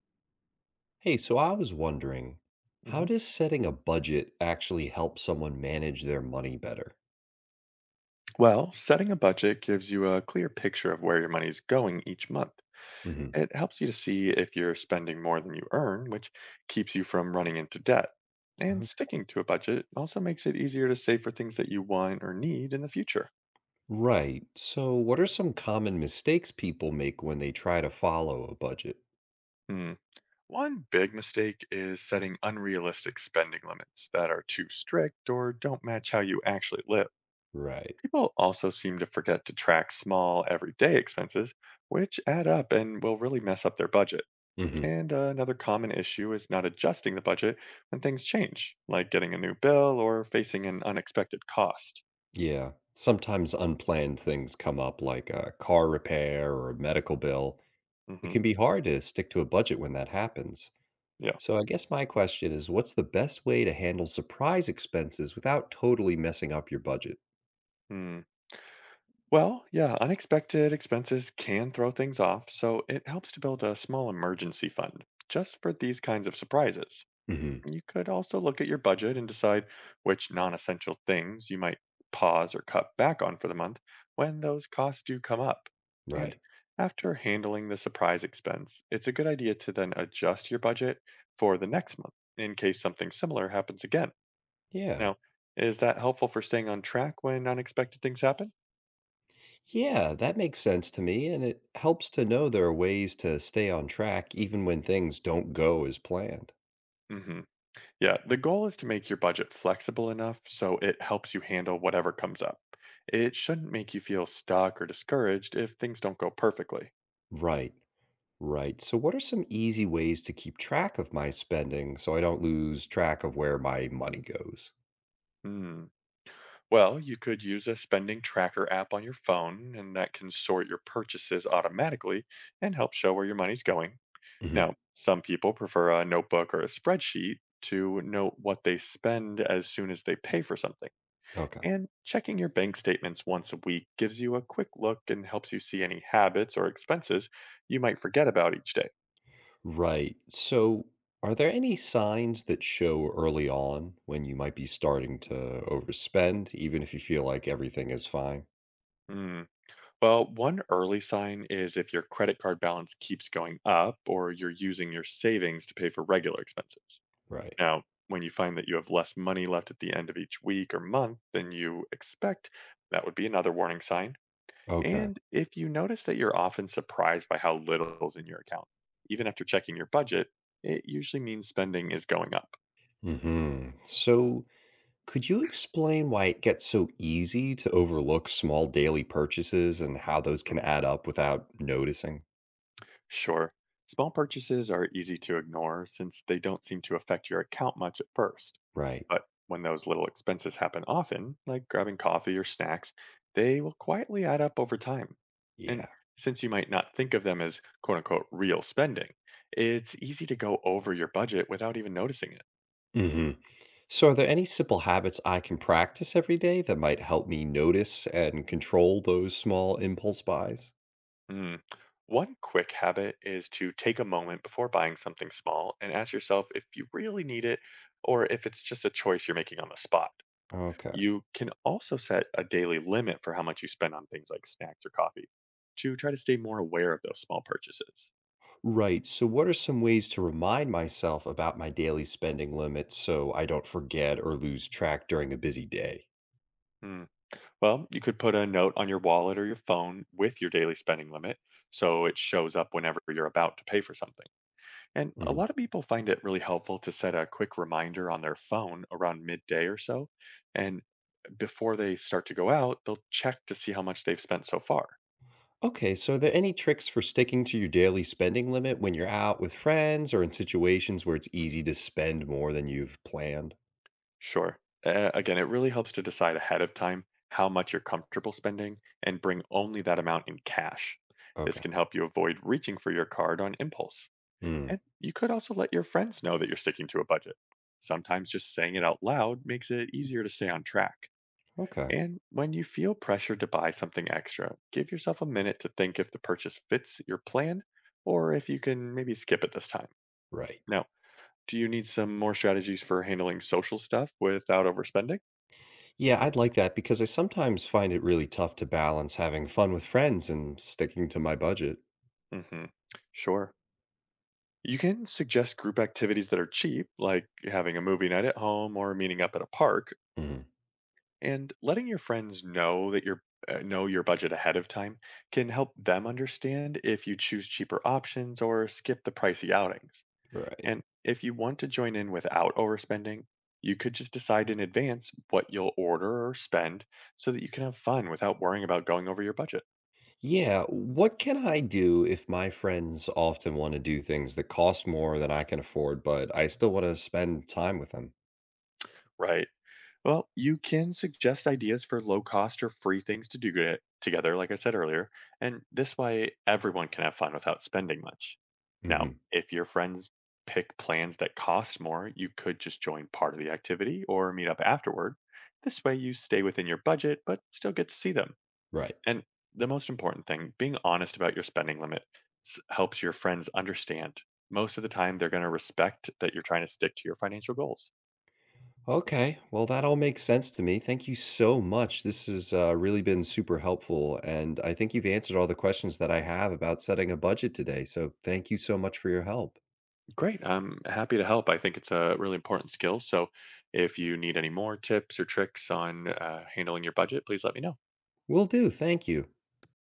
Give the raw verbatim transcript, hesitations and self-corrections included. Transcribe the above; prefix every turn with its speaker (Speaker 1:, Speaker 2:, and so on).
Speaker 1: Hey, so I was wondering, how
Speaker 2: Mhm.
Speaker 1: does setting a budget actually help someone manage their money better?
Speaker 2: Well, setting a budget gives you a clear picture of where your money is going each month.
Speaker 1: Hmm.
Speaker 2: It helps you to see if you're spending more than you earn, which keeps you from running into debt. And
Speaker 1: Okay.
Speaker 2: sticking to a budget also makes it easier to save for things that you want or need in the future.
Speaker 1: Right. So, what are some common mistakes people make when they try to follow a budget?
Speaker 2: Hmm. One big mistake is setting unrealistic spending limits that are too strict or don't match how you actually live.
Speaker 1: Right.
Speaker 2: People also seem to forget to track small, everyday expenses, which add up and will really mess up their budget.
Speaker 1: Hmm.
Speaker 2: And uh, another common issue is not adjusting the budget when things change, like getting a new bill or facing an unexpected cost.
Speaker 1: Yeah. Sometimes unplanned things come up like a car repair or a medical bill. It
Speaker 2: Hmm.
Speaker 1: can be hard to stick to a budget when that happens.
Speaker 2: Yeah.
Speaker 1: So, I guess my question is, what's the best way to handle surprise expenses without totally messing up your budget?
Speaker 2: Hmm. Well, yeah, unexpected expenses can throw things off, so it helps to build a small emergency fund just for these kinds of surprises.
Speaker 1: Hmm.
Speaker 2: You could also look at your budget and decide which non essential things you might pause or cut back on for the month when those costs do come up. And
Speaker 1: Right.
Speaker 2: after handling the surprise expense, it's a good idea to then adjust your budget for the next month in case something similar happens again.
Speaker 1: Yeah.
Speaker 2: Now, is that helpful for staying on track when unexpected things happen?
Speaker 1: Yeah, that makes sense to me, and it helps to know there are ways to stay on track even when things don't go as planned.
Speaker 2: Mm hmm. Yeah, the goal is to make your budget flexible enough so it helps you handle whatever comes up. It shouldn't make you feel stuck or discouraged if things don't go perfectly.
Speaker 1: Right, right. So, what are some easy ways to keep track of my spending so I don't lose track of where my money goes?
Speaker 2: Hmm. Well, you could use a spending tracker app on your phone, and that can sort your purchases automatically and help show where your money's going.
Speaker 1: Hmm.
Speaker 2: Now, some people prefer a notebook or a spreadsheet to note what they spend as soon as they pay for something.
Speaker 1: Okay,
Speaker 2: And checking your bank statements once a week gives you a quick look and helps you see any habits or expenses you might forget about each day.
Speaker 1: right. So, are there any signs that show early on when you might be starting to overspend, even if you feel like everything is fine?
Speaker 2: Hmm. Well, one early sign is if your credit card balance keeps going up or you're using your savings to pay for regular expenses.
Speaker 1: Right.
Speaker 2: Now, when you find that you have less money left at the end of each week or month than you expect, that would be another warning sign.
Speaker 1: Okay.
Speaker 2: And if you notice that you're often surprised by how little is in your account, even after checking your budget, it usually means spending is going up.
Speaker 1: Mm-hmm. So, could you explain why it gets so easy to overlook small daily purchases and how those
Speaker 2: Mm.
Speaker 1: can add up without noticing?
Speaker 2: Sure, small purchases are easy to ignore since they don't seem to affect your account much at first.
Speaker 1: Right.
Speaker 2: But when those little expenses happen often, like grabbing coffee or snacks, they will quietly add up over time. And
Speaker 1: Yeah.
Speaker 2: since you might not think of them as quote unquote real spending, it's easy to go over your budget without even noticing it.
Speaker 1: Hmm. So, are there any simple habits I can practice every day that might help me notice and control those small impulse buys?
Speaker 2: Mm. One quick habit is to take a moment before buying something small and ask yourself if you really need it or if it's just a choice you're making on the spot.
Speaker 1: Okay.
Speaker 2: You can also set a daily limit for how much you spend on things like snacks or coffee to try to stay more aware of those small purchases.
Speaker 1: Right. So, what are some ways to remind myself about my daily spending limit so I don't forget or lose track during a busy day?
Speaker 2: Mm. Well, you could put a note on your wallet or your phone with your daily spending limit so it shows up whenever you're about to pay for something. And a lot of people find it really helpful to set a quick reminder on their phone around midday or so. And before they start to go out, they'll check to see how much they've spent so far.
Speaker 1: Okay, so are there any tricks for sticking to your daily spending limit when you're out with friends or in situations where it's
Speaker 2: Mhm.
Speaker 1: easy to spend more than you've planned?
Speaker 2: Sure. Uh, again, it really helps to decide ahead of time how much you're comfortable spending and bring only that amount in cash. This
Speaker 1: Okay.
Speaker 2: can help you avoid reaching for your card on impulse.
Speaker 1: Mm,
Speaker 2: And you could also let your friends know that you're sticking to a budget. Sometimes just saying it out loud makes it easier to stay on track.
Speaker 1: okay.
Speaker 2: And when you feel pressured to buy something extra, give yourself a minute to think if the purchase fits your plan or if you can maybe skip it this time.
Speaker 1: Right.
Speaker 2: Now, do you need some more strategies for handling social stuff without overspending?
Speaker 1: Yeah, I'd like that because I sometimes find it really tough to balance having fun with friends and sticking to my budget.
Speaker 2: Hmm. Sure. You can suggest group activities that are cheap, like having a movie night at home or meeting up at a park,
Speaker 1: Mhm.
Speaker 2: and letting your friends know that your uh, know your budget ahead of time can help them understand if you choose cheaper options or skip the pricey outings.
Speaker 1: Right.
Speaker 2: And if you want to join in without overspending, you could just decide in advance what you'll order or spend so that you can have fun without worrying about going over your budget,
Speaker 1: Yeah, what can I do if my friends often want to do things that cost more than I can afford, but I still want to spend time with them?
Speaker 2: right? Well, you can suggest ideas for low cost or free things to do get- together, like I said earlier, and this way everyone can have fun without spending much. Now,
Speaker 1: Hmm.
Speaker 2: if your friends pick plans that cost more, you could just join part of the activity or meet up afterward. This way you stay within your budget but still get to see them.
Speaker 1: Right.
Speaker 2: And the most important thing, being honest about your spending limit s- helps your friends understand. Most of the time, they're going to respect that you're trying to stick to your financial goals.
Speaker 1: Okay. Well, that all makes sense to me. Thank you so much. This has uh, really been super helpful. And I think you've answered all the questions that I have about setting a budget today. So thank you so much for your help.
Speaker 2: Great. I'm happy to help. I think it's a really important skill. So if you need any more tips or tricks on uh, handling your budget, please let me know.
Speaker 1: Will do. Thank you.